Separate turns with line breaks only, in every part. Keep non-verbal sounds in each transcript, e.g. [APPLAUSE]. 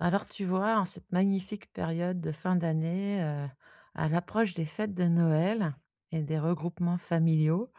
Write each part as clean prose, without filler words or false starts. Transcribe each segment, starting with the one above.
Alors tu vois, en cette magnifique période de fin d'année, à l'approche des fêtes de Noël et des regroupements familiaux,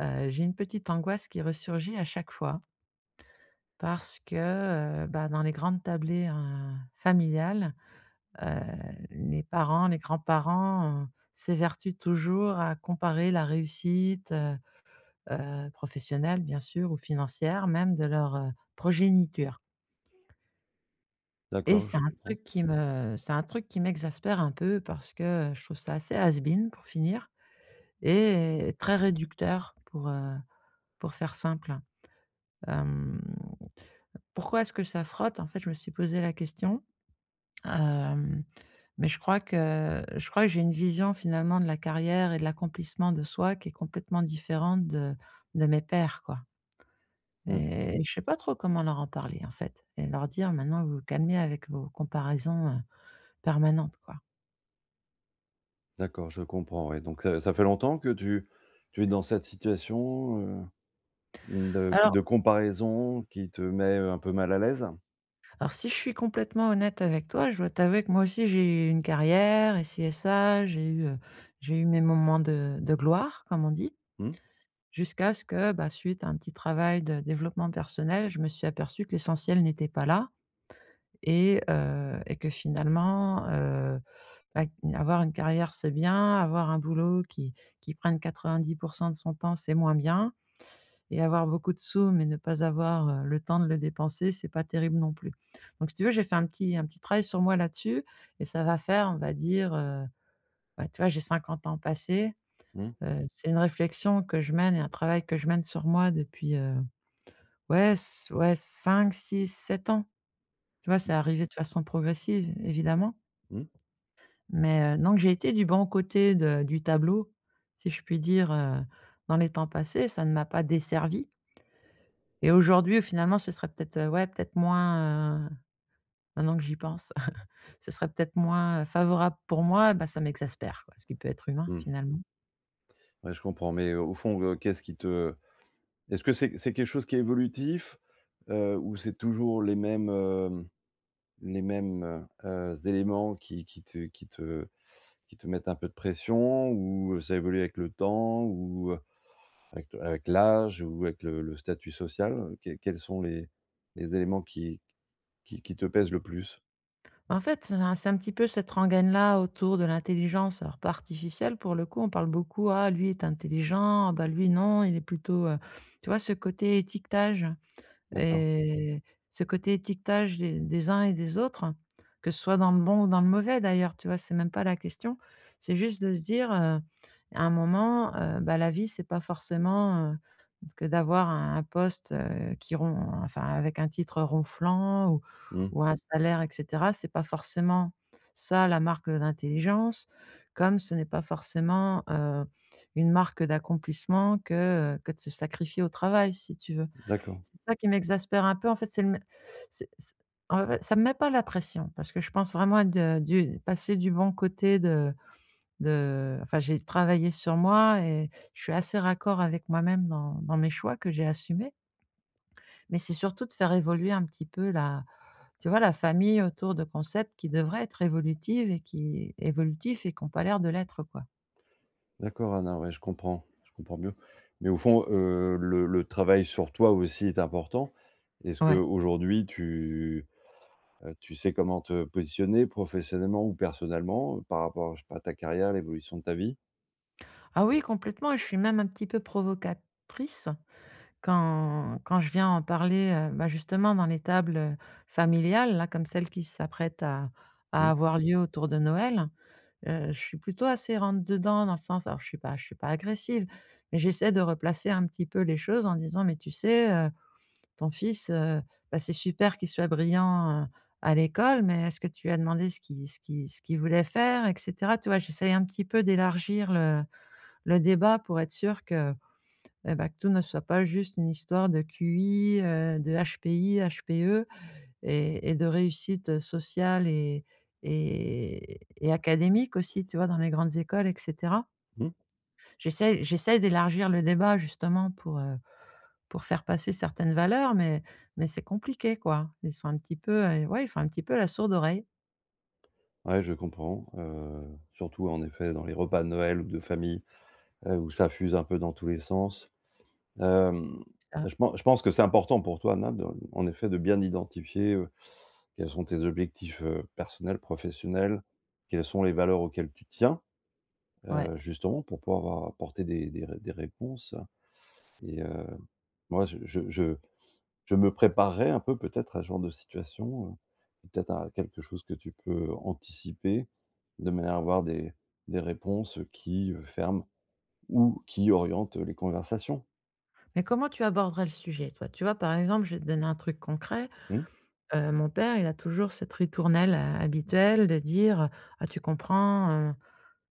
j'ai une petite angoisse qui ressurgit à chaque fois parce que, bah, dans les grandes tablées, familiales, heu, les parents, les grands-parents, s'évertuent toujours à comparer la réussite, professionnelle bien sûr ou financière même de leur, progéniture. Et
D'accord, je comprends.
c'est un truc qui m'exaspère un peu parce que, je trouve ça assez has-been pour finir et très réducteur pour faire simple. Hem, Pourquoi est-ce que ça frotte? En fait, je me suis posé la question, hem, mais je crois que j'ai une vision finalement de la carrière et de l'accomplissement de soi qui est complètement différente de mes pairs, quoi.
Mmh.
Et je sais pas trop comment leur en parler, en fait et leur dire: «Maintenant, vous vous calmez avec vos comparaisons, permanentes, quoi».
D'accord, je comprends, ouais. Donc ça fait longtemps que tu es dans cette situation, mmh, de
Alors
de comparaison qui te met un peu mal à l'aise?
Alors si je suis complètement honnête avec toi, je dois t'avouer que moi aussi j'ai eu une carrière et ci et ça, j'ai eu mes moments de gloire, comme on dit,
Mmh,
jusqu'à ce que, bah, suite à un petit travail de développement personnel, je me suis aperçue que l'essentiel n'était pas là et que finalement, bah, avoir une carrière, c'est bien, avoir un boulot qui prenne 90 de son temps, c'est moins bien et avoir beaucoup de sous, mais ne pas avoir, le temps de le dépenser, c'est pas terrible non plus. Donc si tu veux, j'ai fait un petit travail sur moi là-dessus et ça va faire, on va dire, bah, tu vois, j'ai 50 ans passés,
mmh,
c'est une réflexion que je mène et un travail que je mène sur moi depuis, ouais 5, 6, 7 ans. Tu vois, c'est arrivé de façon progressive évidemment,
mmh,
mais donc j'ai été du bon côté de du tableau, si je puis dire, dans les temps passés, ça ne m'a pas desservi. Et aujourd'hui, finalement, ce serait peut-être, ouais, peut-être moins, maintenant que j'y pense, [LAUGHS] ce serait peut-être moins, favorable pour moi, bah, ça m'exaspère, quoi, ce qui peut être humain,
mmh.
finalement.
Ouais, je comprends, mais au fond, qu'est-ce qui te est-ce que c'est quelque chose qui est évolutif? Ou c'est toujours les mêmes, les mêmes, éléments qui te mettent un peu de pression? Ou ça évolue avec le temps? Ou avec l'âge ou avec le statut social, que quels sont les éléments qui te pèsent le plus?
En fait, c'est un petit peu cette rengaine-là autour de l'intelligence, alors pas artificielle pour le coup, on parle beaucoup: «Ah, lui est intelligent, ah bah, lui non, il est plutôt» tu vois ce côté étiquetage?
D'accord.
Et ce côté étiquetage des uns et des autres, que ce soit dans le bon ou dans le mauvais d'ailleurs, tu vois? C'est même pas la question. C'est juste de se dire, à un moment, bah, la vie, c'est pas forcément, que d'avoir un poste, qui ron enfin, avec un titre ronflant ou
Mmh.
un salaire et cetera. C'est pas forcément ça la marque d'intelligence, comme ce n'est pas forcément, une marque d'accomplissement que de se sacrifier au travail, si tu veux.
D'accord.
C'est ça qui m'exaspère un peu. En fait, c'est le c'est en fait, ça me met pas la pression parce que je pense vraiment être de du passer du bon côté de enfin, j'ai travaillé sur moi et je suis assez raccord avec moi-même dans mes choix que j'ai assumés. Mais c'est surtout de faire évoluer un petit peu la tu vois, la famille autour de concepts qui devraient être évolutive et qui évolutifs et qui ont pas l'air de l'être, quoi.
D'accord, Anna, ouais, je comprends mieux. Mais au fond, le travail sur toi aussi est important. Est-ce
Ouais.
qu'aujourd'hui tu, tu sais comment te positionner professionnellement ou personnellement, par rapport, je sais pas, à ta carrière, l'évolution de ta vie?
Ah oui, complètement et je suis même un petit peu provocatrice. Quand je viens en parler, bah, justement dans les tables, familiales, là, comme celle qui s'apprête à
Mmh.
avoir lieu autour de Noël, je suis plutôt assez rentre dedans dans le sens alors je suis pas agressive, mais j'essaie de replacer un petit peu les choses en disant: «Mais tu sais, ton fils, bah, c'est super qu'il soit brillant, à l'école, mais est-ce que tu lui as demandé ce qu'il voulait faire?» et cetera. Tu vois? J'essaie un petit peu d'élargir le débat pour être sûr que et bah, que tout ne soit pas juste une histoire de QI, de HPI, HPE et de réussite, sociale et et académique aussi, tu vois? Dans les grandes écoles et cetera.
Mmh.
J'essaye d'élargir le débat justement pour faire passer certaines valeurs, mais c'est compliqué quoi. Ils sont un petit peu, ouais, ils font un petit peu la sourde oreille,
Ouais, je comprends, surtout en effet dans les repas de Noël ou de famille, où ça fuse un peu dans tous les sens. Hem,
ça.
je pense que c'est important pour toi, Nad, en effet, de bien identifier, quels sont tes objectifs, personnels, professionnels, quelles sont les valeurs auxquelles tu tiens,
Ouais.
justement pour pouvoir avoir apporter des réponses et moi je me préparerais un peu peut-être à ce genre de situation, peut-être à quelque chose que tu peux anticiper, de manière à avoir des réponses qui, ferment ou qui orientent les conversations.
Mais comment tu aborderais le sujet toi? Tu vois, par exemple, je vais te donner un truc concret.
Mmh,
Mon père, il a toujours cette ritournelle, habituelle de dire, «Ah tu comprends, heu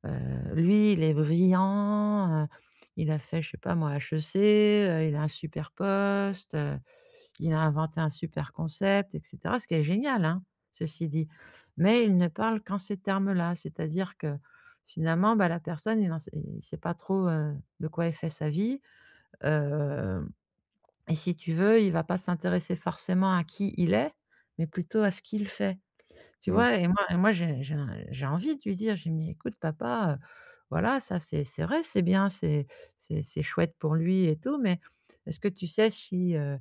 heu, lui il est brillant, il a fait je sais pas moi HEC, il a un super poste, il a inventé un super concept» et cetera. Ce qui est génial, hein, ceci dit. Mais il ne parle qu'en ces termes-là, c'est-à-dire que finalement, bah, la personne il ne sait pas trop, de quoi elle fait sa vie. Hem Et si tu veux, il va pas s'intéresser forcément à qui il est, mais plutôt à ce qu'il fait. Tu
mmh.
vois? Et moi j'ai envie de lui dire, j'ai mis, «Écoute papa, voilà ça c'est vrai, c'est bien, c'est chouette pour lui et tout, mais est-ce que tu sais si,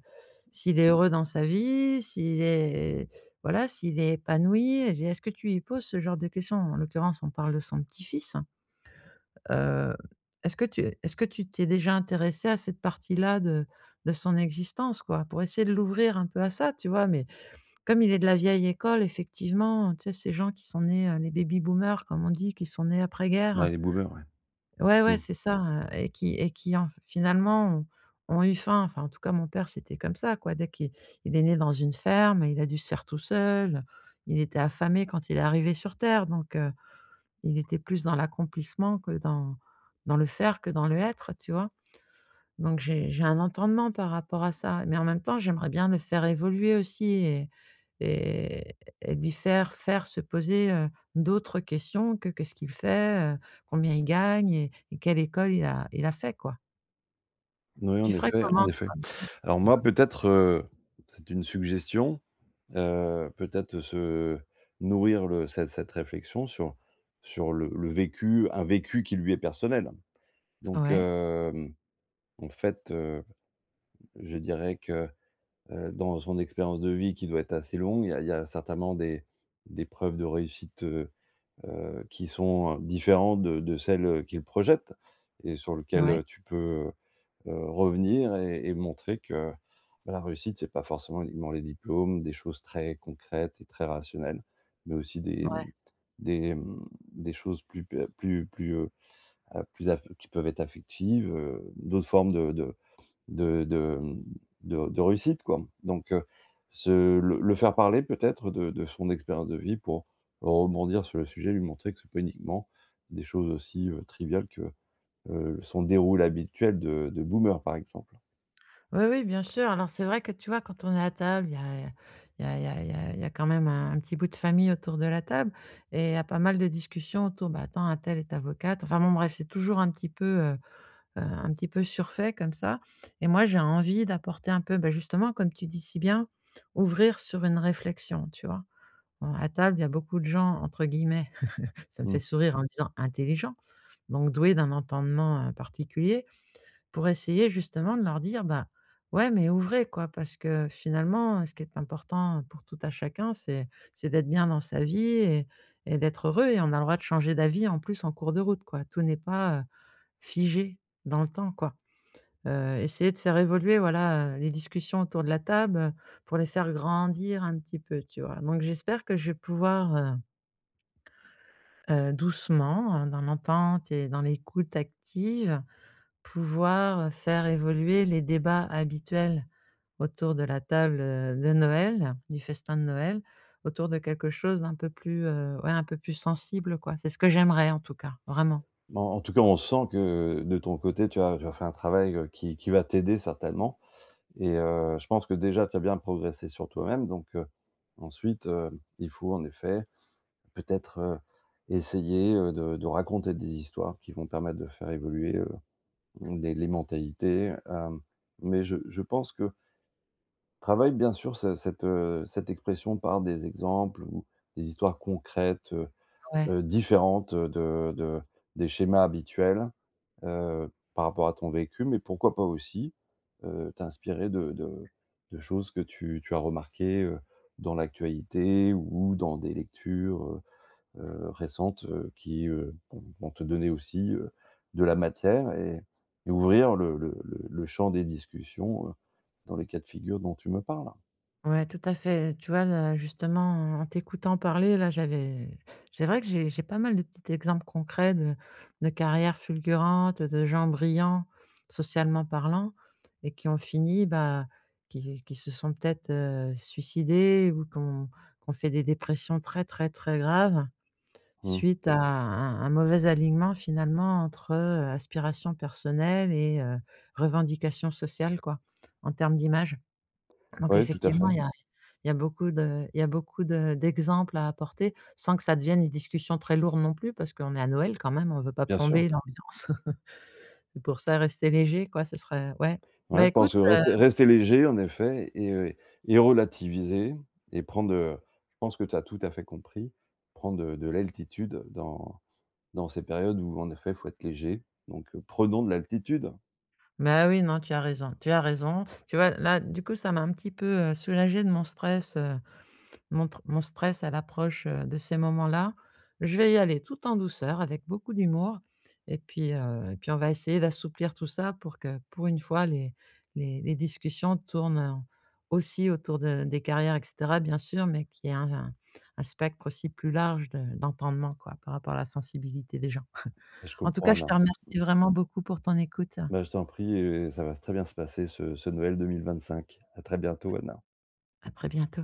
s'il est heureux dans sa vie? S'il est voilà, s'il est épanoui?» et j'ai: dit, «Est-ce que tu lui poses ce genre de questions?» en l'occurrence, on parle de son petit-fils. Heu, est-ce que tu t'es déjà intéressé à cette partie-là de son existence, quoi? Pour essayer de l'ouvrir un peu à ça, tu vois? Mais comme il est de la vieille école, effectivement, tu sais, ces gens qui sont nés, les baby boomers, comme on dit, qui sont nés
Ouais,
après-guerre,
les boomers, ouais.
ouais, ouais,
Mmh.
c'est ça, et qui en finalement ont eu faim. Enfin, en tout cas, mon père, c'était comme ça, quoi. Dès qu'il Il est né dans une ferme, il a dû se faire tout seul, il était affamé quand il est arrivé sur terre donc il était plus dans l'accomplissement que dans le faire, que dans le être, tu vois? Donc j'ai un entendement par rapport à ça, mais en même temps, j'aimerais bien le faire évoluer aussi et et lui faire se poser, d'autres questions que qu'est-ce qu'il fait, combien il gagne et quelle école il a fait, quoi.
Oui,
Tu
en
ferais
effet, en
comment
effet.
toi?
Alors moi, peut-être, c'est une suggestion, peut-être se nourrir le cette réflexion sur sur le vécu un vécu qui lui est personnel. Donc
Ouais,
en fait, je dirais que, dans son expérience de vie qui doit être assez longue, il y a certainement des preuves de réussite, qui sont différentes de celles qu'il projette et sur
ouais,
lequel tu peux, revenir et montrer que, bah, la réussite, c'est pas forcément uniquement les diplômes, des choses très concrètes et très rationnelles, mais aussi des, mmh,
ouais.
des, mmh, des choses plus p plus plus, plus aff qui peuvent être affectives, d'autres formes de, mmh, de réussite, quoi. Donc, se le faire parler peut-être de son expérience de vie pour rebondir sur le sujet, lui montrer que ce n'est pas uniquement des choses aussi, triviales que, son déroulé habituel de boomer, par exemple.
Oui, oui, bien sûr. Alors, c'est vrai que tu vois, quand on est à table, il y a, il y a, il y a, il y a il y a quand même un petit bout de famille autour de la table et il y a pas mal de discussions autour. Bah, attends, un tel est avocate. Enfin, bon, bref, c'est toujours un petit peu surfait comme ça. Et moi, j'ai envie d'apporter un peu, bah, justement, comme tu dis si bien, ouvrir sur une réflexion, tu vois. Bon, à table, il y a beaucoup de gens, entre guillemets, [LAUGHS] ça me fait
Mmh.
sourire en disant intelligents, donc doués d'un entendement particulier pour essayer justement de leur dire: «Bah, ouais, mais ouvrez quoi» parce que finalement, ce qui est important pour tout à chacun, c'est d'être bien dans sa vie et d'être heureux et on a le droit de changer d'avis en plus en cours de route quoi. Tout n'est pas, figé dans le temps quoi. Essayer de faire évoluer voilà, les discussions autour de la table, pour les faire grandir un petit peu, tu vois? Donc j'espère que je vais pouvoir, doucement, dans l'entente et dans l'écoute active pouvoir faire évoluer les débats habituels autour de la table, de Noël, du festin de Noël, autour de quelque chose d'un peu plus, ouais, un peu plus sensible, quoi. C'est ce que j'aimerais en tout cas, vraiment,
En en tout cas, on sent que de ton côté, tu as fait un travail, qui va t'aider certainement et je pense que déjà tu as bien progressé sur toi-même donc ensuite, il faut en effet peut-être, essayer, de raconter des histoires qui vont permettre de faire évoluer, les mentalités, mais je pense que travaille bien sûr cette expression par des exemples ou des histoires concrètes.
ouais.
Différente de des schémas habituels, par rapport à ton vécu, mais pourquoi pas aussi, t'inspirer de de choses que tu as remarquées, dans l'actualité ou dans des lectures, récentes, qui, vont vont te donner aussi, de la matière et ouvrir le champ des discussions, dans les cas de figure dont tu me parles.
Ouais, tout à fait. Tu vois, là, justement, en t'écoutant parler, là, j'avais c'est vrai que j'ai pas mal de petits exemples concrets de carrières fulgurantes, de gens brillants, socialement parlant et qui ont fini, bah, qui se sont peut-être, suicidés ou qui ont fait des dépressions très, très, très graves
Oui,
suite à un mauvais alignement, finalement, entre, aspirations personnelles et revendications sociales, quoi, en termes d'image. Donc
tout à
effectivement,
fait,
il y a beaucoup de d'exemples à apporter, sans que ça devienne une discussion très lourde non plus, parce qu'on est à Noël quand même, on ne veut pas
bien sûr.
plomber l'ambiance. [LAUGHS] C'est pour ça, rester léger quoi, ce serait ouais.
Ouais,
Bah
je
écoute,
pense, rester rester léger en effet et relativiser et prendre, je pense que tu as tout à fait compris, prendre, de l'altitude dans dans ces périodes où en effet, il faut être léger. Donc prenons de l'altitude.
bah oui, non, tu as raison, tu as raison. Tu vois, là, du coup, ça m'a un petit peu, soulagé de mon stress, mon stress à l'approche, de ces moments-là. Je vais y aller tout en douceur, avec beaucoup d'humour et puis on va essayer d'assouplir tout ça pour que, pour une fois, les discussions tournent, aussi autour de des carrières et cetera, bien sûr, mais qu'il y ait un spectre aussi plus large de d'entendement, quoi, par rapport à la sensibilité des gens.
Je
En tout
comprends
cas, je
Anna.
te remercie vraiment beaucoup pour ton écoute.
Bah, je t'en prie et ça va très bien se passer ce ce Noël 2025. À très bientôt Anna.
À très bientôt.